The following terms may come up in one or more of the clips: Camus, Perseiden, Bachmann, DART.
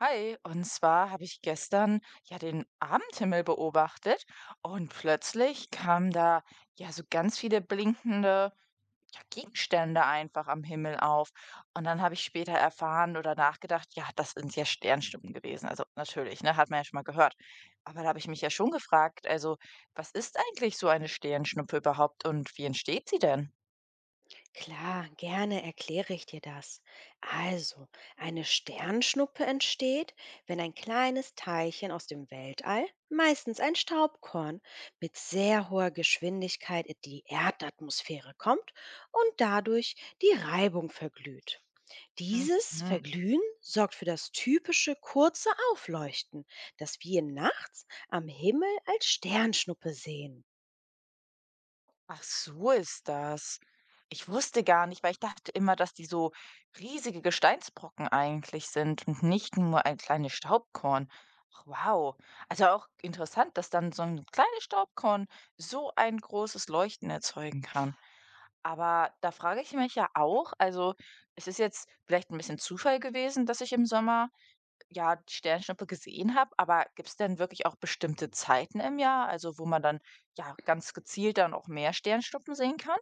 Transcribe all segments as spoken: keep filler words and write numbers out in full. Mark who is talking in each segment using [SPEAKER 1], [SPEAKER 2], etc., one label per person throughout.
[SPEAKER 1] Hi, und zwar habe ich gestern ja den Abendhimmel beobachtet und plötzlich kamen da ja so ganz viele blinkende, ja, Gegenstände einfach am Himmel auf. Und dann habe ich später erfahren oder nachgedacht, ja, das sind ja Sternschnuppen gewesen. Also natürlich, ne, hat man ja schon mal gehört. Aber da habe ich mich ja schon gefragt, also was ist eigentlich so eine Sternschnuppe überhaupt und wie entsteht sie denn?
[SPEAKER 2] Klar, gerne erkläre ich dir das. Also, eine Sternschnuppe entsteht, wenn ein kleines Teilchen aus dem Weltall, meistens ein Staubkorn, mit sehr hoher Geschwindigkeit in die Erdatmosphäre kommt und dadurch die Reibung verglüht. Dieses
[SPEAKER 1] Mhm.
[SPEAKER 2] Verglühen sorgt für das typische kurze Aufleuchten, das wir nachts am Himmel als Sternschnuppe sehen.
[SPEAKER 1] Ach, so ist das. Ich wusste gar nicht, weil ich dachte immer, dass die so riesige Gesteinsbrocken eigentlich sind und nicht nur ein kleines Staubkorn. Ach, wow. Also auch interessant, dass dann so ein kleines Staubkorn so ein großes Leuchten erzeugen kann. Aber da frage ich mich ja auch, also es ist jetzt vielleicht ein bisschen Zufall gewesen, dass ich im Sommer, ja, die Sternschnuppe gesehen habe, aber gibt's denn wirklich auch bestimmte Zeiten im Jahr, also wo man dann ja ganz gezielt dann auch mehr Sternschnuppen sehen kann?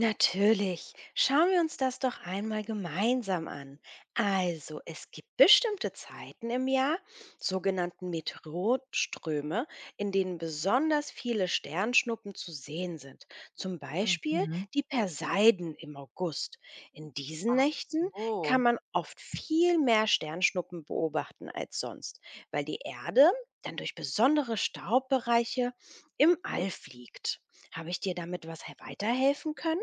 [SPEAKER 2] Natürlich. Schauen wir uns das doch einmal gemeinsam an. Also, es gibt bestimmte Zeiten im Jahr, sogenannten Meteorströme, in denen besonders viele Sternschnuppen zu sehen sind. Zum Beispiel
[SPEAKER 1] Mhm.
[SPEAKER 2] die Perseiden im August. In diesen
[SPEAKER 1] Ach
[SPEAKER 2] Nächten kann
[SPEAKER 1] so.
[SPEAKER 2] man oft viel mehr Sternschnuppen beobachten als sonst, weil die Erde dann durch besondere Staubbereiche im All fliegt. Habe ich dir damit was he- weiterhelfen können?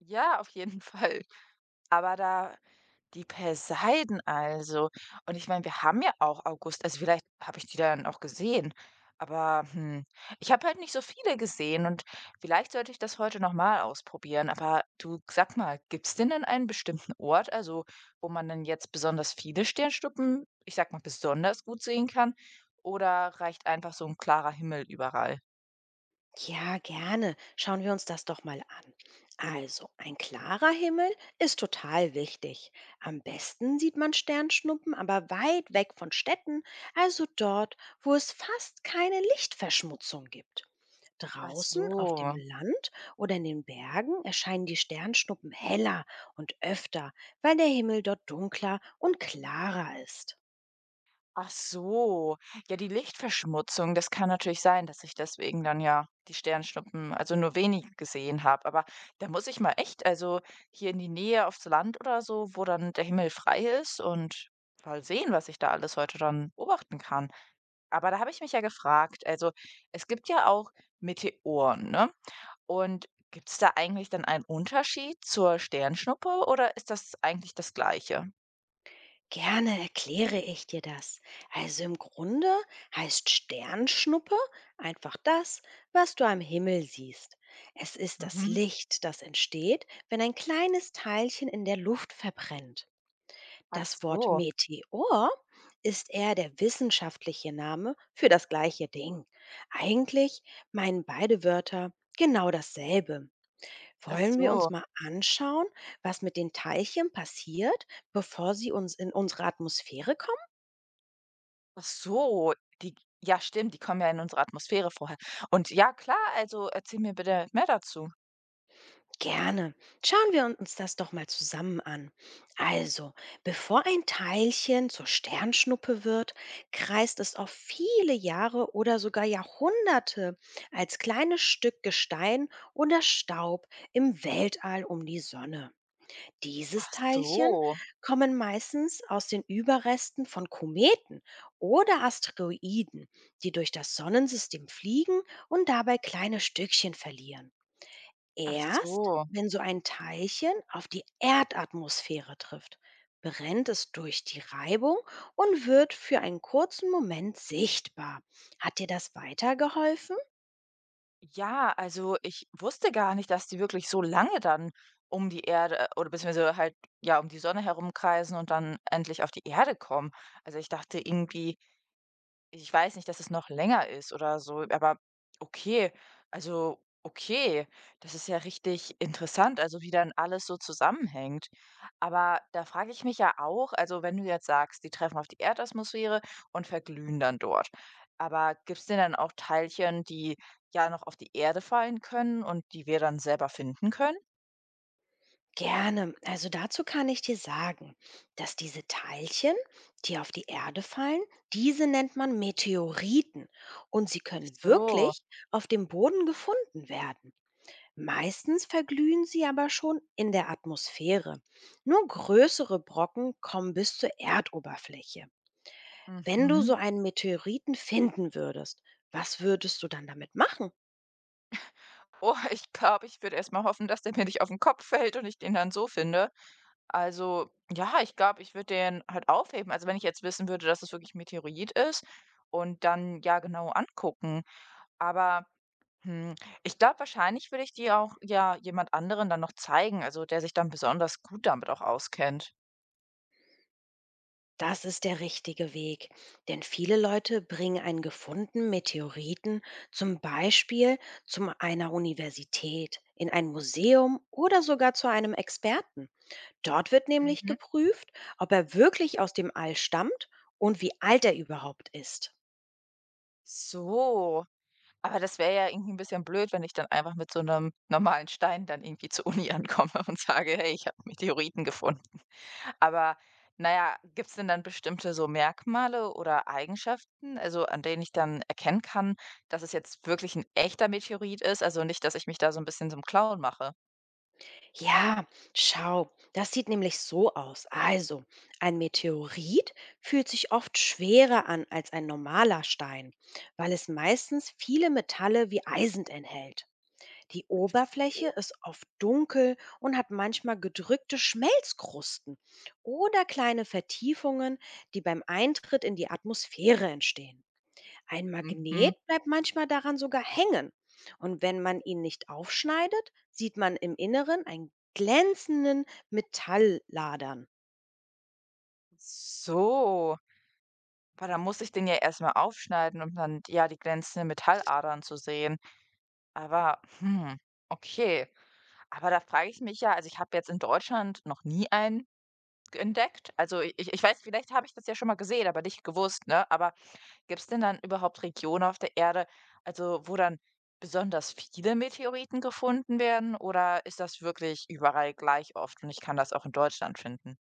[SPEAKER 1] Ja, auf jeden Fall. Aber da, die Poseiden also. Und ich meine, wir haben ja auch August, also vielleicht habe ich die dann auch gesehen, aber, hm, ich habe halt nicht so viele gesehen und vielleicht sollte ich das heute noch mal ausprobieren. Aber du, sag mal, gibt's denn dann einen bestimmten Ort, also wo man dann jetzt besonders viele Sternschnuppen, ich sag mal, besonders gut sehen kann? Oder reicht einfach so ein klarer Himmel überall?
[SPEAKER 2] Ja, gerne. Schauen wir uns das doch mal an. Also, ein klarer Himmel ist total wichtig. Am besten sieht man Sternschnuppen, aber weit weg von Städten, also dort, wo es fast keine Lichtverschmutzung gibt.
[SPEAKER 1] Ach
[SPEAKER 2] Draußen auf dem
[SPEAKER 1] so.
[SPEAKER 2] Land oder in den Bergen erscheinen die Sternschnuppen heller und öfter, weil der Himmel dort dunkler und klarer ist.
[SPEAKER 1] Ach so. Ja, die Lichtverschmutzung, das kann natürlich sein, dass ich deswegen dann ja die Sternschnuppen, also nur wenig gesehen habe. Aber da muss ich mal echt, also hier in die Nähe aufs Land oder so, wo dann der Himmel frei ist und mal sehen, was ich da alles heute dann beobachten kann. Aber da habe ich mich ja gefragt, also es gibt ja auch Meteoren, ne? Und gibt es da eigentlich dann einen Unterschied zur Sternschnuppe oder ist das eigentlich das Gleiche?
[SPEAKER 2] Gerne erkläre ich dir das. Also im Grunde heißt Sternschnuppe einfach das, was du am Himmel siehst. Es ist das
[SPEAKER 1] Mhm.
[SPEAKER 2] Licht, das entsteht, wenn ein kleines Teilchen in der Luft verbrennt.
[SPEAKER 1] Ach
[SPEAKER 2] Das Wort
[SPEAKER 1] so,
[SPEAKER 2] Meteor ist eher der wissenschaftliche Name für das gleiche Ding. Eigentlich meinen beide Wörter genau dasselbe.
[SPEAKER 1] ach
[SPEAKER 2] Wollen wir uns
[SPEAKER 1] so.
[SPEAKER 2] mal anschauen, was mit den Teilchen passiert, bevor sie uns in unsere Atmosphäre kommen?
[SPEAKER 1] Ach so, die, ja stimmt, die kommen ja in unsere Atmosphäre vorher. Und ja klar, also erzähl mir bitte mehr dazu.
[SPEAKER 2] Gerne. Schauen wir uns das doch mal zusammen an. Also, bevor ein Teilchen zur Sternschnuppe wird, kreist es auf viele Jahre oder sogar Jahrhunderte als kleines Stück Gestein oder Staub im Weltall um die Sonne. Dieses
[SPEAKER 1] Ach
[SPEAKER 2] Teilchen
[SPEAKER 1] so,
[SPEAKER 2] kommen meistens aus den Überresten von Kometen oder Asteroiden, die durch das Sonnensystem fliegen und dabei kleine Stückchen verlieren.
[SPEAKER 1] ach
[SPEAKER 2] Erst
[SPEAKER 1] so.
[SPEAKER 2] wenn so ein Teilchen auf die Erdatmosphäre trifft, brennt es durch die Reibung und wird für einen kurzen Moment sichtbar. Hat dir das weitergeholfen?
[SPEAKER 1] Ja, also ich wusste gar nicht, dass die wirklich so lange dann um die Erde äh, oder beziehungsweise halt ja um die Sonne herumkreisen und dann endlich auf die Erde kommen. Also ich dachte irgendwie, ich weiß nicht, dass es noch länger ist oder so, aber okay. Also, okay, das ist ja richtig interessant, also wie dann alles so zusammenhängt. Aber da frage ich mich ja auch, also wenn du jetzt sagst, die treffen auf die Erdatmosphäre und verglühen dann dort. Aber gibt es denn dann auch Teilchen, die ja noch auf die Erde fallen können und die wir dann selber finden können?
[SPEAKER 2] Gerne. Also dazu kann ich dir sagen, dass diese Teilchen, die auf die Erde fallen, diese nennt man Meteoriten und sie
[SPEAKER 1] Ach
[SPEAKER 2] können
[SPEAKER 1] so.
[SPEAKER 2] wirklich auf dem Boden gefunden werden. Meistens verglühen sie aber schon in der Atmosphäre. Nur größere Brocken kommen bis zur Erdoberfläche. Wenn du
[SPEAKER 1] Mhm.
[SPEAKER 2] so einen Meteoriten finden würdest, was würdest du dann damit machen?
[SPEAKER 1] Oh, ich glaube, ich würde erst mal hoffen, dass der mir nicht auf den Kopf fällt und ich den dann so finde. Also, ja, ich glaube, ich würde den halt aufheben. Also, wenn ich jetzt wissen würde, dass es wirklich 'n Meteorit ist und dann, ja, genau angucken. Aber, hm, ich glaube, wahrscheinlich würde ich die auch, ja, jemand anderen dann noch zeigen, also, der sich dann besonders gut damit auch auskennt.
[SPEAKER 2] Das ist der richtige Weg, denn viele Leute bringen einen gefundenen Meteoriten zum Beispiel zu einer Universität, in ein Museum oder sogar zu einem Experten. Dort wird nämlich
[SPEAKER 1] Mhm.
[SPEAKER 2] geprüft, ob er wirklich aus dem All stammt und wie alt er überhaupt ist.
[SPEAKER 1] So, aber das wäre ja irgendwie ein bisschen blöd, wenn ich dann einfach mit so einem normalen Stein dann irgendwie zur Uni ankomme und sage: „Hey, ich habe Meteoriten gefunden." Aber naja, ja, gibt's denn dann bestimmte so Merkmale oder Eigenschaften, also an denen ich dann erkennen kann, dass es jetzt wirklich ein echter Meteorit ist? Also nicht, dass ich mich da so ein bisschen zum Clown mache.
[SPEAKER 2] Ja, schau, das sieht nämlich so aus. Also, ein Meteorit fühlt sich oft schwerer an als ein normaler Stein, weil es meistens viele Metalle wie Eisen enthält. Die Oberfläche
[SPEAKER 1] Oh,
[SPEAKER 2] ist oft dunkel und hat manchmal gedrückte Schmelzkrusten oder kleine Vertiefungen, die beim Eintritt in die Atmosphäre entstehen. Ein
[SPEAKER 1] mhm.
[SPEAKER 2] Magnet bleibt manchmal daran sogar hängen. Und wenn man ihn nicht aufschneidet, sieht man im Inneren einen glänzenden Metallladern.
[SPEAKER 1] So, aber dann muss ich den ja erst mal aufschneiden, um dann, ja, die glänzenden Metalladern zu sehen. Aber, hm, okay. Aber da frage ich mich ja, also ich habe jetzt in Deutschland noch nie einen entdeckt. Also ich ich weiß, vielleicht habe ich das ja schon mal gesehen, aber nicht gewusst, ne? Aber gibt es denn dann überhaupt Regionen auf der Erde, also wo dann besonders viele Meteoriten gefunden werden oder ist das wirklich überall gleich oft und ich kann das auch in Deutschland finden?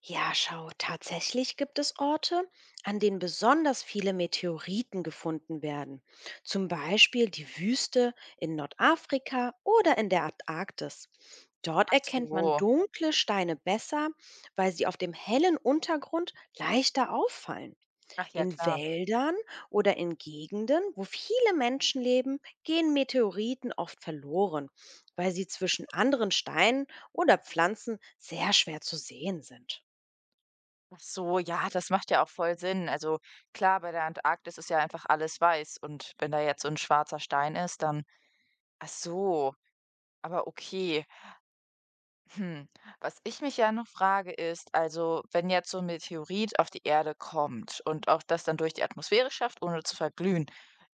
[SPEAKER 2] Ja, schau, tatsächlich gibt es Orte, an denen besonders viele Meteoriten gefunden werden. Zum Beispiel die Wüste in Nordafrika oder in der Antarktis. Dort
[SPEAKER 1] Ach
[SPEAKER 2] erkennt man
[SPEAKER 1] so.
[SPEAKER 2] dunkle Steine besser, weil sie auf dem hellen Untergrund leichter auffallen.
[SPEAKER 1] Ach ja,
[SPEAKER 2] In
[SPEAKER 1] klar.
[SPEAKER 2] Wäldern oder in Gegenden, wo viele Menschen leben, gehen Meteoriten oft verloren, weil sie zwischen anderen Steinen oder Pflanzen sehr schwer zu sehen sind.
[SPEAKER 1] Ach so, ja, das macht ja auch voll Sinn. Also klar, bei der Antarktis ist ja einfach alles weiß und wenn da jetzt so ein schwarzer Stein ist, dann ach so, aber okay. Hm, Was ich mich ja noch frage, ist, also, wenn jetzt so ein Meteorit auf die Erde kommt und auch das dann durch die Atmosphäre schafft, ohne zu verglühen,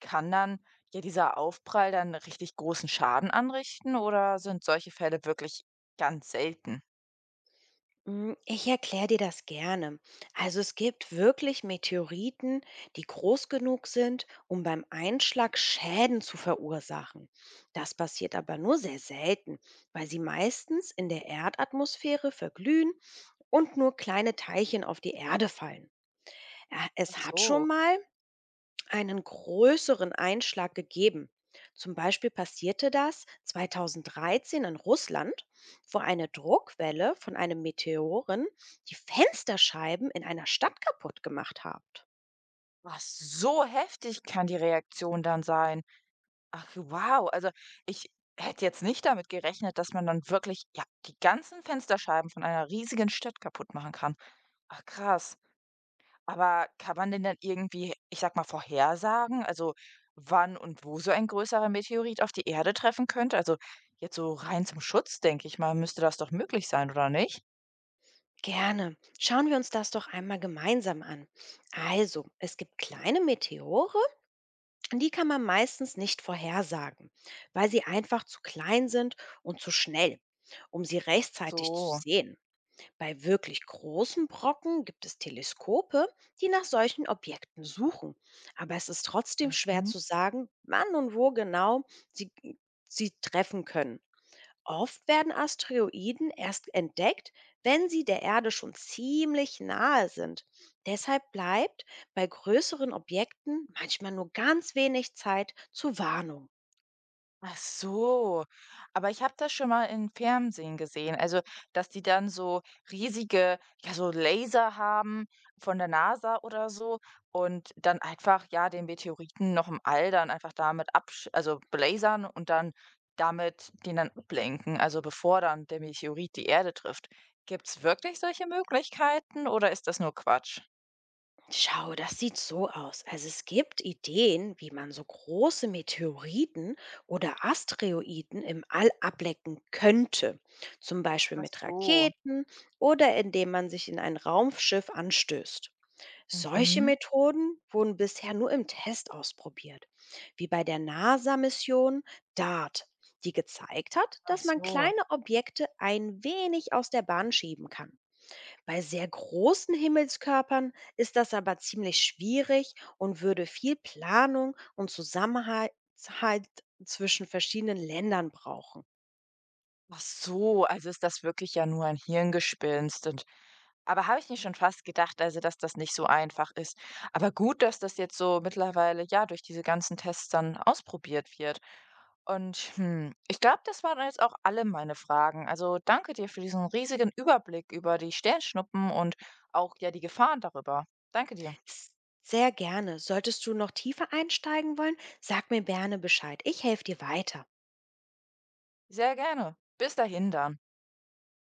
[SPEAKER 1] kann dann ja dieser Aufprall dann richtig großen Schaden anrichten oder sind solche Fälle wirklich ganz selten?
[SPEAKER 2] Mm, Ich erkläre dir das gerne. Also es gibt wirklich Meteoriten, die groß genug sind, um beim Einschlag Schäden zu verursachen. Das passiert aber nur sehr selten, weil sie meistens in der Erdatmosphäre verglühen und nur kleine Teilchen auf die Erde fallen. Ä-
[SPEAKER 1] Ach
[SPEAKER 2] Es hat schon
[SPEAKER 1] so.
[SPEAKER 2] mal einen größeren Einschlag gegeben. Zum Beispiel passierte das zweitausenddreizehn in Russland, wo eine Druckwelle von einem Meteoren die Fensterscheiben in einer Stadt kaputt gemacht hat.
[SPEAKER 1] Was, so heftig kann die Reaktion dann sein. Ach, wow. Also, ich hätte jetzt nicht damit gerechnet, dass man dann wirklich, ja, die ganzen Fensterscheiben von einer riesigen Stadt kaputt machen kann. Ach, krass. Aber kann man denn dann irgendwie, ich sag mal, vorhersagen, also wann und wo so ein größerer Meteorit auf die Erde treffen könnte? Also jetzt so rein zum Schutz, denke ich mal, müsste das doch möglich sein, oder nicht?
[SPEAKER 2] Gerne. Schauen wir uns das doch einmal gemeinsam an. Also, es gibt kleine Meteore, die kann man meistens nicht vorhersagen, weil sie einfach zu klein sind und zu schnell, um sie rechtzeitig zu
[SPEAKER 1] So.
[SPEAKER 2] sehen. Bei wirklich großen Brocken gibt es Teleskope, die nach solchen Objekten suchen. Aber es ist trotzdem schwer
[SPEAKER 1] Mhm.
[SPEAKER 2] zu sagen, wann und wo genau sie, sie treffen können. Oft werden Asteroiden erst entdeckt, wenn sie der Erde schon ziemlich nahe sind. Deshalb bleibt bei größeren Objekten manchmal nur ganz wenig Zeit zur Warnung.
[SPEAKER 1] Ach so, aber ich habe das schon mal im Fernsehen gesehen. Also, dass die dann so riesige, ja, so Laser haben von der N A S A oder so und dann einfach, ja, den Meteoriten noch im All dann einfach damit absch also belasern und dann damit den dann ablenken, also bevor dann der Meteorit die Erde trifft. Gibt es wirklich solche Möglichkeiten oder ist das nur Quatsch?
[SPEAKER 2] Schau, das sieht so aus. Also es gibt Ideen, wie man so große Meteoriten oder Asteroiden im All ablecken könnte. Zum Beispiel
[SPEAKER 1] Ach
[SPEAKER 2] mit
[SPEAKER 1] so,
[SPEAKER 2] Raketen oder indem man sich in ein Raumschiff anstößt. Solche
[SPEAKER 1] mhm.
[SPEAKER 2] Methoden wurden bisher nur im Test ausprobiert, wie bei der NASA-Mission DART, die gezeigt hat,
[SPEAKER 1] Ach
[SPEAKER 2] dass man
[SPEAKER 1] so.
[SPEAKER 2] kleine Objekte ein wenig aus der Bahn schieben kann. Bei sehr großen Himmelskörpern ist das aber ziemlich schwierig und würde viel Planung und Zusammenhalt zwischen verschiedenen Ländern brauchen.
[SPEAKER 1] Ach so, also ist das wirklich ja nur ein Hirngespinst und aber habe ich mir schon fast gedacht, also dass das nicht so einfach ist. Aber gut, dass das jetzt so mittlerweile, ja, durch diese ganzen Tests dann ausprobiert wird. Und hm, ich glaube, das waren jetzt auch alle meine Fragen. Also danke dir für diesen riesigen Überblick über die Sternschnuppen und auch ja die Gefahren darüber. Danke dir.
[SPEAKER 2] S- Sehr gerne. Solltest du noch tiefer einsteigen wollen, sag mir gerne Bescheid. Ich helfe dir weiter.
[SPEAKER 1] Sehr gerne. Bis dahin dann.